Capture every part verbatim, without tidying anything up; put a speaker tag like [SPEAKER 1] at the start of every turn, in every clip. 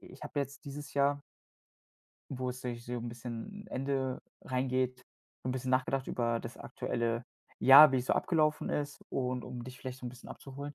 [SPEAKER 1] Ich habe jetzt dieses Jahr, wo es sich so ein bisschen Ende reingeht, so ein bisschen nachgedacht über das aktuelle Jahr, wie es so abgelaufen ist und um dich vielleicht so ein bisschen abzuholen.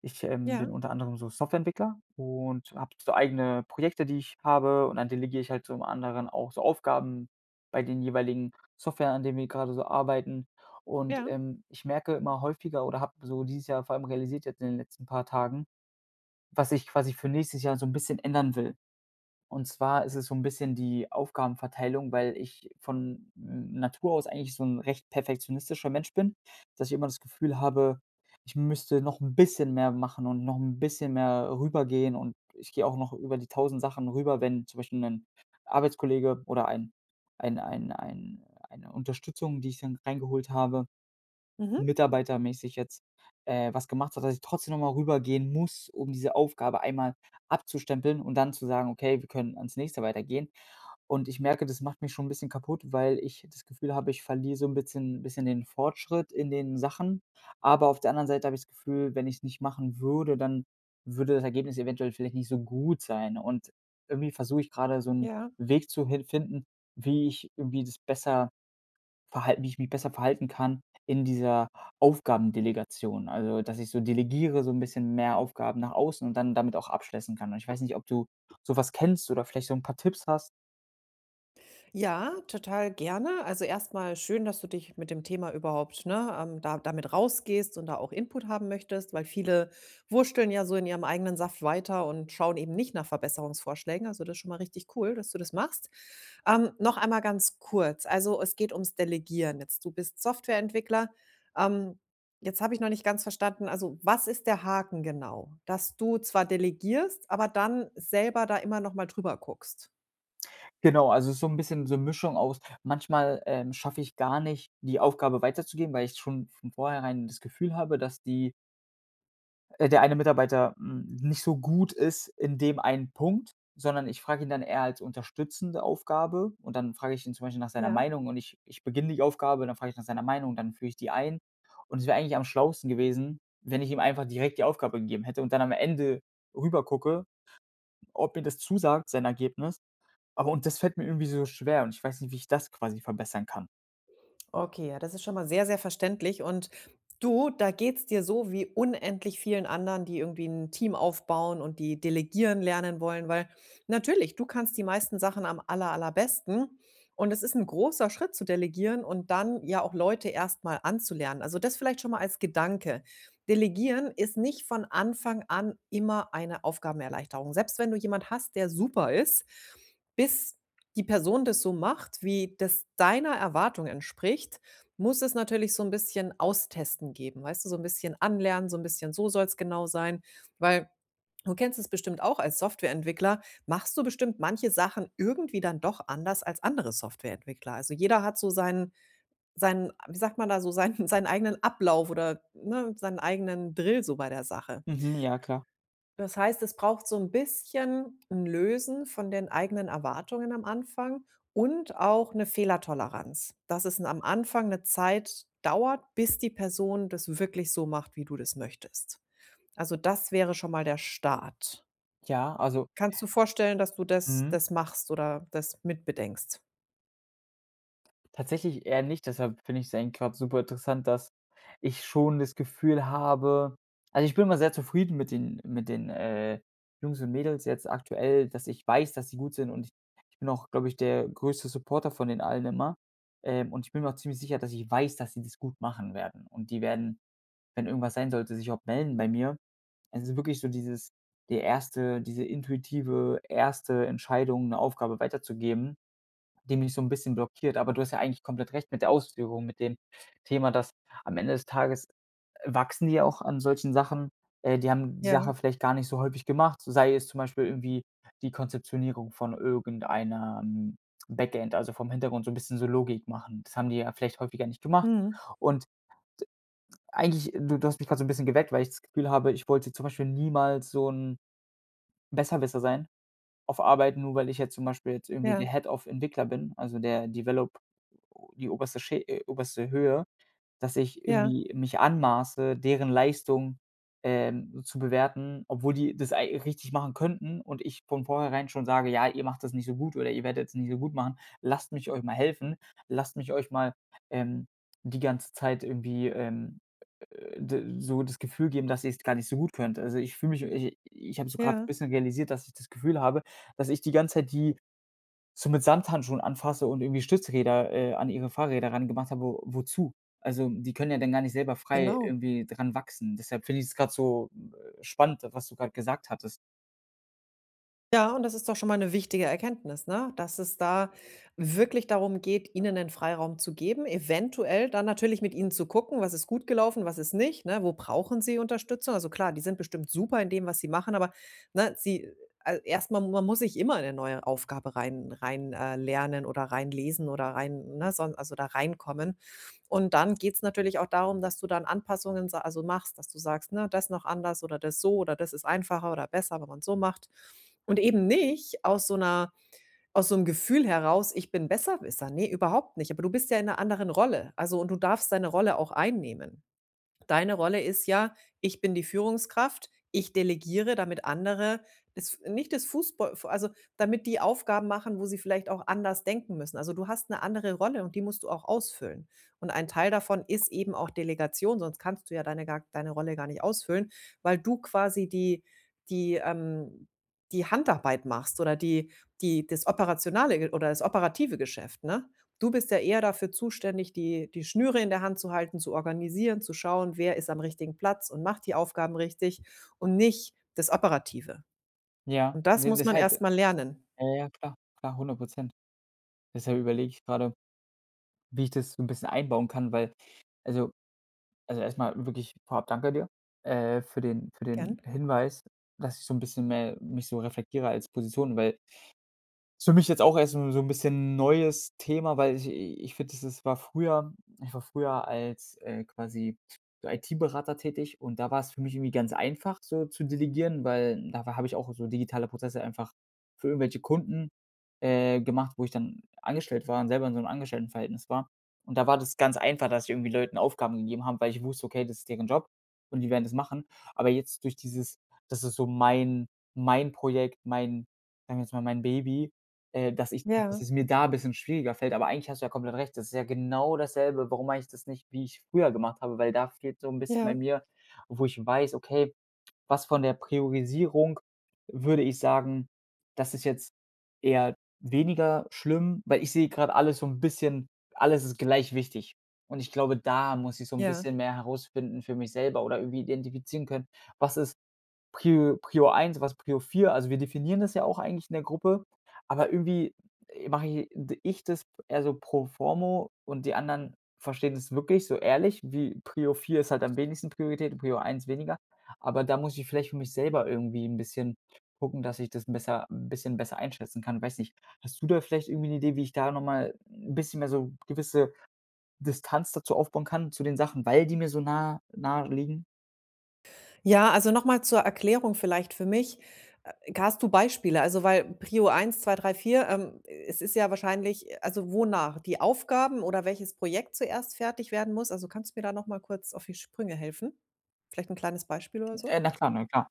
[SPEAKER 1] Ich, ähm, bin
[SPEAKER 2] Ja,
[SPEAKER 1] unter anderem so Softwareentwickler und habe so eigene Projekte, die ich habe und dann delegiere ich halt zum anderen auch so Aufgaben bei den jeweiligen Software, an denen wir gerade so arbeiten. Und,
[SPEAKER 2] ja.
[SPEAKER 1] ähm, ich merke immer häufiger oder habe so dieses Jahr vor allem realisiert jetzt in den letzten paar Tagen, was ich quasi für nächstes Jahr so ein bisschen ändern will. Und zwar ist es so ein bisschen die Aufgabenverteilung, weil ich von Natur aus eigentlich so ein recht perfektionistischer Mensch bin, dass ich immer das Gefühl habe, ich müsste noch ein bisschen mehr machen und noch ein bisschen mehr rübergehen und ich gehe auch noch über die tausend Sachen rüber, wenn zum Beispiel ein Arbeitskollege oder ein ein ein ein eine Unterstützung, die ich dann reingeholt habe
[SPEAKER 2] Mhm.
[SPEAKER 1] mitarbeitermäßig jetzt, äh, was gemacht hat, dass ich trotzdem noch mal rübergehen muss, um diese Aufgabe einmal abzustempeln und dann zu sagen: „Okay, wir können ans Nächste weitergehen.“ Und ich merke, das macht mich schon ein bisschen kaputt, weil ich das Gefühl habe, ich verliere so ein bisschen bisschen den Fortschritt in den Sachen. Aber auf der anderen Seite habe ich das Gefühl, wenn ich es nicht machen würde, dann würde das Ergebnis eventuell vielleicht nicht so gut sein. Und irgendwie versuche ich gerade so einen
[SPEAKER 2] Ja.
[SPEAKER 1] Weg zu hin finden, wie ich irgendwie das besser verhalten wie ich mich besser verhalten kann in dieser Aufgabendelegation. Also, dass ich so delegiere, so ein bisschen mehr Aufgaben nach außen und dann damit auch abschließen kann. Und ich weiß nicht, ob du sowas kennst oder vielleicht so ein paar Tipps hast?
[SPEAKER 2] Ja, total gerne. Also erstmal schön, dass du dich mit dem Thema überhaupt, ne, ähm, da damit rausgehst und da auch Input haben möchtest, weil viele wursteln ja so in ihrem eigenen Saft weiter und schauen eben nicht nach Verbesserungsvorschlägen. Also, das ist schon mal richtig cool, dass du das machst. Ähm, noch einmal ganz kurz. Also, es geht ums Delegieren jetzt. Du bist Softwareentwickler. Ähm, Jetzt habe ich noch nicht ganz verstanden, also was ist der Haken genau? Dass du zwar delegierst, aber dann selber da immer noch mal drüber guckst?
[SPEAKER 1] Genau, also, es ist so ein bisschen so 'ne Mischung aus manchmal, ähm, schaffe ich gar nicht, die Aufgabe weiterzugeben, weil ich schon von vornherein das Gefühl habe, dass die äh, der eine Mitarbeiter, hm, nicht so gut ist in dem einen Punkt, sondern ich frage ihn dann eher als unterstützende Aufgabe und dann frage ich ihn zum Beispiel nach seiner
[SPEAKER 2] Ja.
[SPEAKER 1] Meinung und ich ich beginne die Aufgabe, dann frage ich nach seiner Meinung, dann führe ich die ein. Und es wäre eigentlich am schlausten gewesen, wenn ich ihm einfach direkt die Aufgabe gegeben hätte und dann am Ende rübergucke, ob mir das zusagt, sein Ergebnis. Aber und das fällt mir irgendwie so schwer und ich weiß nicht, wie ich das quasi verbessern kann.
[SPEAKER 2] Okay, ja, das ist schon mal sehr, sehr verständlich. Und du, da geht's dir so wie unendlich vielen anderen, die irgendwie ein Team aufbauen und die delegieren lernen wollen, weil natürlich, du kannst die meisten Sachen am aller allerbesten und es ist ein großer Schritt zu delegieren und dann ja auch Leute erstmal anzulernen. Also, das vielleicht schon mal als Gedanke. Delegieren ist nicht von Anfang an immer eine Aufgabenerleichterung. Selbst wenn du jemand hast, der super ist, bis die Person das so macht, wie das deiner Erwartung entspricht, muss es natürlich so ein bisschen austesten geben, weißt du, so ein bisschen anlernen, so ein bisschen: „So soll's genau sein.“ Weil du kennst es bestimmt auch als Softwareentwickler, machst du bestimmt manche Sachen irgendwie dann doch anders als andere Softwareentwickler. Also, jeder hat so seinen seinen wie sagt man da so, seinen seinen eigenen Ablauf oder, ne, seinen eigenen Drill so bei der Sache.
[SPEAKER 1] Mhm, ja, klar.
[SPEAKER 2] Das heißt, es braucht so ein bisschen ein Lösen von den eigenen Erwartungen am Anfang und auch eine Fehlertoleranz, dass es am Anfang eine Zeit dauert, bis die Person das wirklich so macht, wie du das möchtest. Also, das wäre schon mal der Start.
[SPEAKER 1] Ja, also
[SPEAKER 2] Kannst du vorstellen, dass du das
[SPEAKER 1] mhm.
[SPEAKER 2] das machst oder das mitbedenkst?
[SPEAKER 1] Tatsächlich eher nicht, deshalb finde ich es eigentlich grad super interessant, dass ich schon das Gefühl habe also, ich bin immer sehr zufrieden mit den mit den, äh, Jungs und Mädels jetzt aktuell, dass ich weiß, dass sie gut sind und ich ich bin auch, glaube ich, der größte Supporter von den allen immer. Ähm, und ich bin mir auch ziemlich sicher, dass ich weiß, dass sie das gut machen werden. Und die werden, wenn irgendwas sein sollte, sich auch melden bei mir. Es ist wirklich so dieses der erste diese intuitive erste Entscheidung, 'ne Aufgabe weiterzugeben die mich so 'n bisschen blockiert. Aber du hast ja eigentlich komplett recht mit der Ausführung, mit dem Thema, dass am Ende des Tages, äh, wachsen die ja auch an solchen Sachen. Äh, die haben die
[SPEAKER 2] Ja,
[SPEAKER 1] Sache vielleicht gar nicht so häufig gemacht, so sei es zum Beispiel irgendwie die Konzeptionierung von irgendeinem Backend, also vom Hintergrund so 'n bisschen so Logik machen. Das haben die ja vielleicht häufiger nicht gemacht.
[SPEAKER 2] mhm.
[SPEAKER 1] Und eigentlich du du hast mich grad so 'n bisschen geweckt, weil ich das Gefühl habe, ich wollte zum Beispiel niemals so 'n Besserwisser sein auf Arbeit, nur weil ich jetzt zum Beispiel jetzt irgendwie
[SPEAKER 2] Ja,
[SPEAKER 1] der Head of Entwickler bin, also der Develop die oberste Schä äh, oberste Höhe. Dass ich
[SPEAKER 2] ja,
[SPEAKER 1] irgendwie mich anmaße, deren Leistung, ähm, so zu bewerten, obwohl die das ei richtig machen könnten und ich von vornherein schon sage: „Ja, ihr macht das nicht so gut oder ihr werdet es nicht so gut machen. Lasst mich euch mal helfen. Lasst mich euch mal, ähm, die ganze Zeit irgendwie, ähm, äh, d so das Gefühl geben, dass ich es gar nicht so gut könnt.“ Also, ich fühle mich ich ich habe so gerade ein
[SPEAKER 2] ja,
[SPEAKER 1] bisschen realisiert, dass ich das Gefühl habe, dass ich die ganze Zeit die so mit Samthandschuhen anfasse und irgendwie Stützräder, äh, an ihre Fahrräder ran gemacht habe. Wo wozu? Also, die können ja dann gar nicht selber frei
[SPEAKER 2] genau.
[SPEAKER 1] irgendwie dran wachsen. Deshalb finde ich es gerade so, äh, spannend, was du gerade gesagt hattest.
[SPEAKER 2] Ja, und das ist doch schon mal eine wichtige Erkenntnis, ne? Dass es da wirklich darum geht, ihnen 'nen Freiraum zu geben, eventuell dann natürlich mit ihnen zu gucken, was ist gut gelaufen, was ist nicht, ne? Wo brauchen sie Unterstützung? Also klar, die sind bestimmt super in dem, was sie machen, aber, ne, sie al erst man muss sich immer in 'ne neue Aufgabe rein rein, äh, lernen oder reinlesen oder rein, ne, son also da reinkommen. Und dann geht's natürlich auch darum, dass du dann Anpassungen sa also machst, dass du sagst, ne, das noch anders oder das so oder das ist einfacher oder besser, wenn man's so macht. Und eben nicht aus so 'ner aus so 'nem Gefühl heraus: „Ich bin Besserwisser.“ Ne, überhaupt nicht. Aber du bist ja in 'ner anderen Rolle. Also, und du darfst deine Rolle auch einnehmen. Deine Rolle ist ja: „Ich bin die Führungskraft, ich delegiere, damit andere das nicht das Fußball also, damit die Aufgaben machen, wo sie vielleicht auch anders denken müssen.“ Also, du hast eine andere Rolle und die musst du auch ausfüllen. Und ein Teil davon ist eben auch Delegation, sonst kannst du ja deine gar deine Rolle gar nicht ausfüllen, weil du quasi die die, ähm die Handarbeit machst oder die die das operationale Ge- oder das operative Geschäft, ne? Du bist ja eher dafür zuständig, die die Schnüre in der Hand zu halten, zu organisieren, zu schauen, wer ist am richtigen Platz und macht die Aufgaben richtig und nicht das Operative.
[SPEAKER 1] Ja,
[SPEAKER 2] Und das
[SPEAKER 1] ne,
[SPEAKER 2] muss man
[SPEAKER 1] deshalb
[SPEAKER 2] erst mal lernen.
[SPEAKER 1] ja, ja, klar, klar, hundert Prozent. Deshalb überlege ich gerade wie ich das so ein bisschen einbauen kann, weil also also erstmal wirklich vorab danke dir, äh, für den für den
[SPEAKER 2] Gern?
[SPEAKER 1] Hinweis, dass ich so ein bisschen mehr mich so reflektiere als Position, weil ist für mich jetzt auch erst so so 'n bisschen neues Thema, weil ich ich finde, das ist war früher ich war früher als, äh, quasi so I T-Berater tätig und da war's für mich irgendwie ganz einfach, so zu delegieren, weil da war habe ich auch so digitale Prozesse einfach für irgendwelche Kunden, äh, gemacht, wo ich dann angestellt war und selber in so 'nem Angestelltenverhältnis war. Und da war das ganz einfach, dass ich irgendwie Leuten Aufgaben gegeben habe, weil ich wusste: „Okay, das ist deren Job und die werden das machen.“ Aber jetzt durch dieses das ist so mein mein Projekt, mein sagen wir jetzt mal, mein Baby äh, dass ich dass
[SPEAKER 2] Ja,
[SPEAKER 1] es mir da ein bisschen schwieriger fällt, aber eigentlich hast du ja komplett recht. Das ist ja genau dasselbe, warum mache ich das nicht, wie ich früher gemacht habe, weil da fehlt so ein bisschen bei
[SPEAKER 2] ja,
[SPEAKER 1] mir, wo ich weiß, okay, was von der Priorisierung würde ich sagen, das ist jetzt eher weniger schlimm, weil ich sehe gerade alles so ein bisschen alles ist gleich wichtig. Und ich glaube, da muss ich so ein
[SPEAKER 2] ja.
[SPEAKER 1] bisschen mehr herausfinden für mich selber oder irgendwie identifizieren können, was ist Prio Prio eins, was Prio vier? Also, wir definieren das ja auch eigentlich in der Gruppe, aber irgendwie mache i ich das eher so pro formo und die anderen verstehen das wirklich so ehrlich, wie Prio vier ist halt am wenigsten Priorität und Prio eins weniger. Aber da muss ich vielleicht für mich selber irgendwie ein bisschen gucken, dass ich das besser ein bisschen besser einschätzen kann. Weiß nicht, hast du da vielleicht irgendwie eine Idee, wie ich da noch mal 'n bisschen mehr so gewisse Distanz dazu aufbauen kann, zu den Sachen, weil die mir so nah nahe liegen?
[SPEAKER 2] Ja, also nochmal zur Erklärung vielleicht für mich. Äh, hast du Beispiele? Also, weil Prio eins, zwei, drei, vier, ähm, es ist ja wahrscheinlich äh, also, wonach? Die Aufgaben oder welches Projekt zuerst fertig werden muss? Also, kannst du mir da noch mal kurz auf die Sprünge helfen? Vielleicht ein kleines Beispiel oder so?
[SPEAKER 1] Äh, na klar, na klar.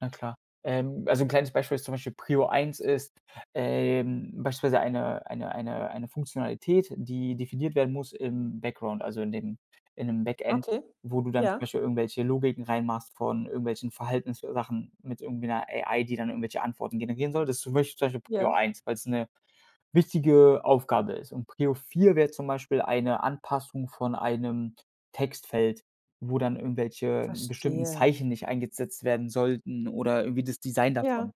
[SPEAKER 1] Na klar. Ähm, also ein kleines Beispiel ist zum Beispiel Prio eins ist, ähm, beispielsweise eine eine eine eine Funktionalität, die definiert werden muss im Background, also in dem in 'nem Backend,
[SPEAKER 2] Okay.
[SPEAKER 1] wo du dann zum
[SPEAKER 2] Ja.
[SPEAKER 1] Beispiel irgendwelche Logiken reinmachst von irgendwelchen Verhaltenssachen mit irgendwie 'ner A I, die dann irgendwelche Antworten generieren soll. Das ist zum Beispiel zum Beispiel Prio
[SPEAKER 2] Ja,
[SPEAKER 1] eins, weil es eine wichtige Aufgabe ist. Und Prio vier wäre zum Beispiel eine Anpassung von einem Textfeld wo dann irgendwelche äh, bestimmten
[SPEAKER 2] verstehe.
[SPEAKER 1] Zeichen nicht eingesetzt werden sollten oder irgendwie das Design
[SPEAKER 2] Ja.
[SPEAKER 1] davon.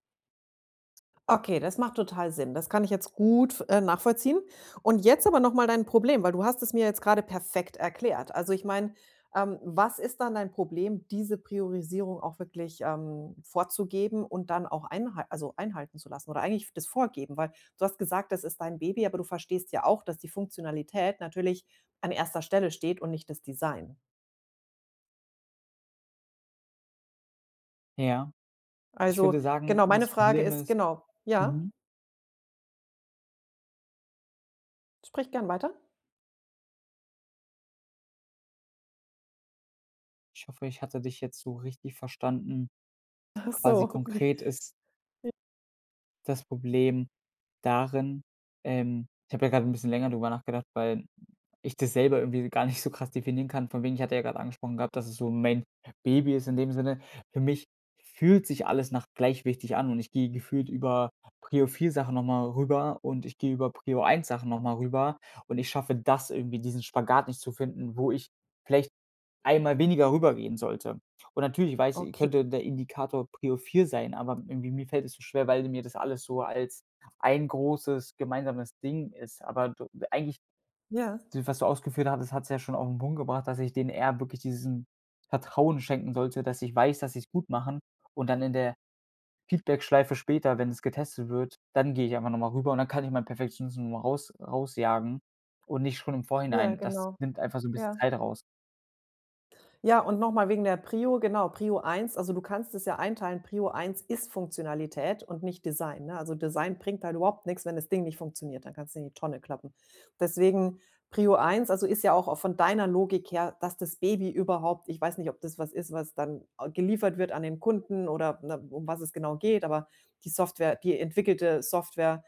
[SPEAKER 2] Okay, das macht total Sinn. Das kann ich jetzt gut, äh, nachvollziehen. Und jetzt aber noch mal dein Problem, weil du hast es mir jetzt gerade perfekt erklärt. Also, ich meine, ähm, was ist dann dein Problem, diese Priorisierung auch wirklich, ähm, vorzugeben und dann auch einhal also, einhalten zu lassen oder eigentlich das vorgeben? Weil du hast gesagt, das ist dein Baby, aber du verstehst ja auch, dass die Funktionalität natürlich an erster Stelle steht und nicht das Design.
[SPEAKER 1] Ja, ich
[SPEAKER 2] Also,
[SPEAKER 1] würde sagen,
[SPEAKER 2] genau, meine
[SPEAKER 1] das
[SPEAKER 2] Frage
[SPEAKER 1] Problem
[SPEAKER 2] ist
[SPEAKER 1] ist
[SPEAKER 2] genau. Ja,
[SPEAKER 1] mhm,
[SPEAKER 2] sprich gern weiter.
[SPEAKER 1] ich hoffe, ich hatte dich jetzt so richtig verstanden.
[SPEAKER 2] Ach
[SPEAKER 1] Quasi
[SPEAKER 2] so, wie
[SPEAKER 1] konkret ist das Problem darin ähm, ich habe ja gerade ein bisschen länger drüber nachgedacht, weil ich das selber irgendwie gar nicht so krass definieren kann, von wegen ich hatte ja gerade angesprochen gehabt, dass es so mein Baby ist in dem Sinne. Für mich fühlt sich alles nach gleich wichtig an und ich gehe gefühlt über Prio vier Sachen noch mal rüber und ich gehe über Prio eins Sachen noch mal rüber und ich schaffe das irgendwie, diesen Spagat nicht zu finden, wo ich vielleicht einmal weniger rübergehen sollte. Und natürlich ich weiß i
[SPEAKER 2] okay.
[SPEAKER 1] könnte der Indikator Prio vier sein, aber irgendwie mir fällt es so schwer, weil mir das alles so als ein großes gemeinsames Ding ist. Aber du eigentlich,
[SPEAKER 2] Ja,
[SPEAKER 1] d was du ausgeführt hattest, hat es ja schon auf den Punkt gebracht, dass ich denen eher wirklich diesen Vertrauen schenken sollte, dass ich weiß, dass sie es gut machen und dann in der Feedbackschleife später, wenn es getestet wird, dann gehe ich einfach noch mal rüber und dann kann ich meinen Perfektionismus noch mal raus rausjagen und nicht schon im
[SPEAKER 2] ja,
[SPEAKER 1] Vorhinein. Das
[SPEAKER 2] genau.
[SPEAKER 1] nimmt einfach so ein bisschen
[SPEAKER 2] Ja.
[SPEAKER 1] Zeit raus.
[SPEAKER 2] Ja, und noch mal wegen der Prio, genau, Prio eins also, du kannst es ja einteilen, Prio eins ist Funktionalität und nicht Design, ne? Also, Design bringt halt überhaupt nix, wenn das Ding nicht funktioniert, dann kannst du in die Tonne klappen. Deswegen Prio eins also, ist ja auch von deiner Logik her, dass das Baby überhaupt ich weiß nicht, ob das was ist, was dann äh, geliefert wird an den Kunden oder, ne, um was es genau geht, aber die Software die entwickelte Software.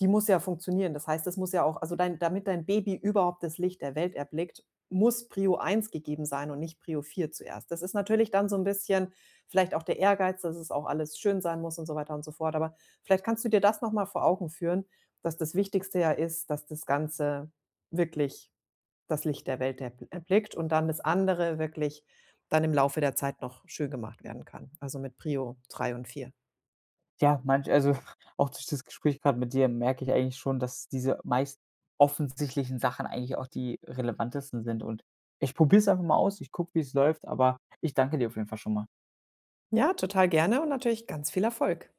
[SPEAKER 2] Die muss ja funktionieren. Das heißt, es muss ja auch also dein damit dein Baby überhaupt das Licht der Welt erblickt, muss Prio eins gegeben sein und nicht Prio vier zuerst. Das ist natürlich dann so ein bisschen vielleicht auch der Ehrgeiz, dass es auch alles schön sein muss und so weiter und so fort. Aber vielleicht kannst du dir das noch mal vor Augen führen, dass das Wichtigste ja ist, dass das Ganze wirklich das Licht der Welt erb erblickt und dann das andere wirklich dann im Laufe der Zeit noch schön gemacht werden kann, also mit Prio drei und vier.
[SPEAKER 1] Ja, manch also, auch durch das Gespräch gerade mit dir merke ich eigentlich schon, dass diese meist offensichtlichen Sachen eigentlich auch die relevantesten sind und ich probiere es einfach mal aus. Ich gucke, wie es läuft, aber ich danke dir auf jeden Fall schon mal.
[SPEAKER 2] Ja, total gerne und natürlich ganz viel Erfolg.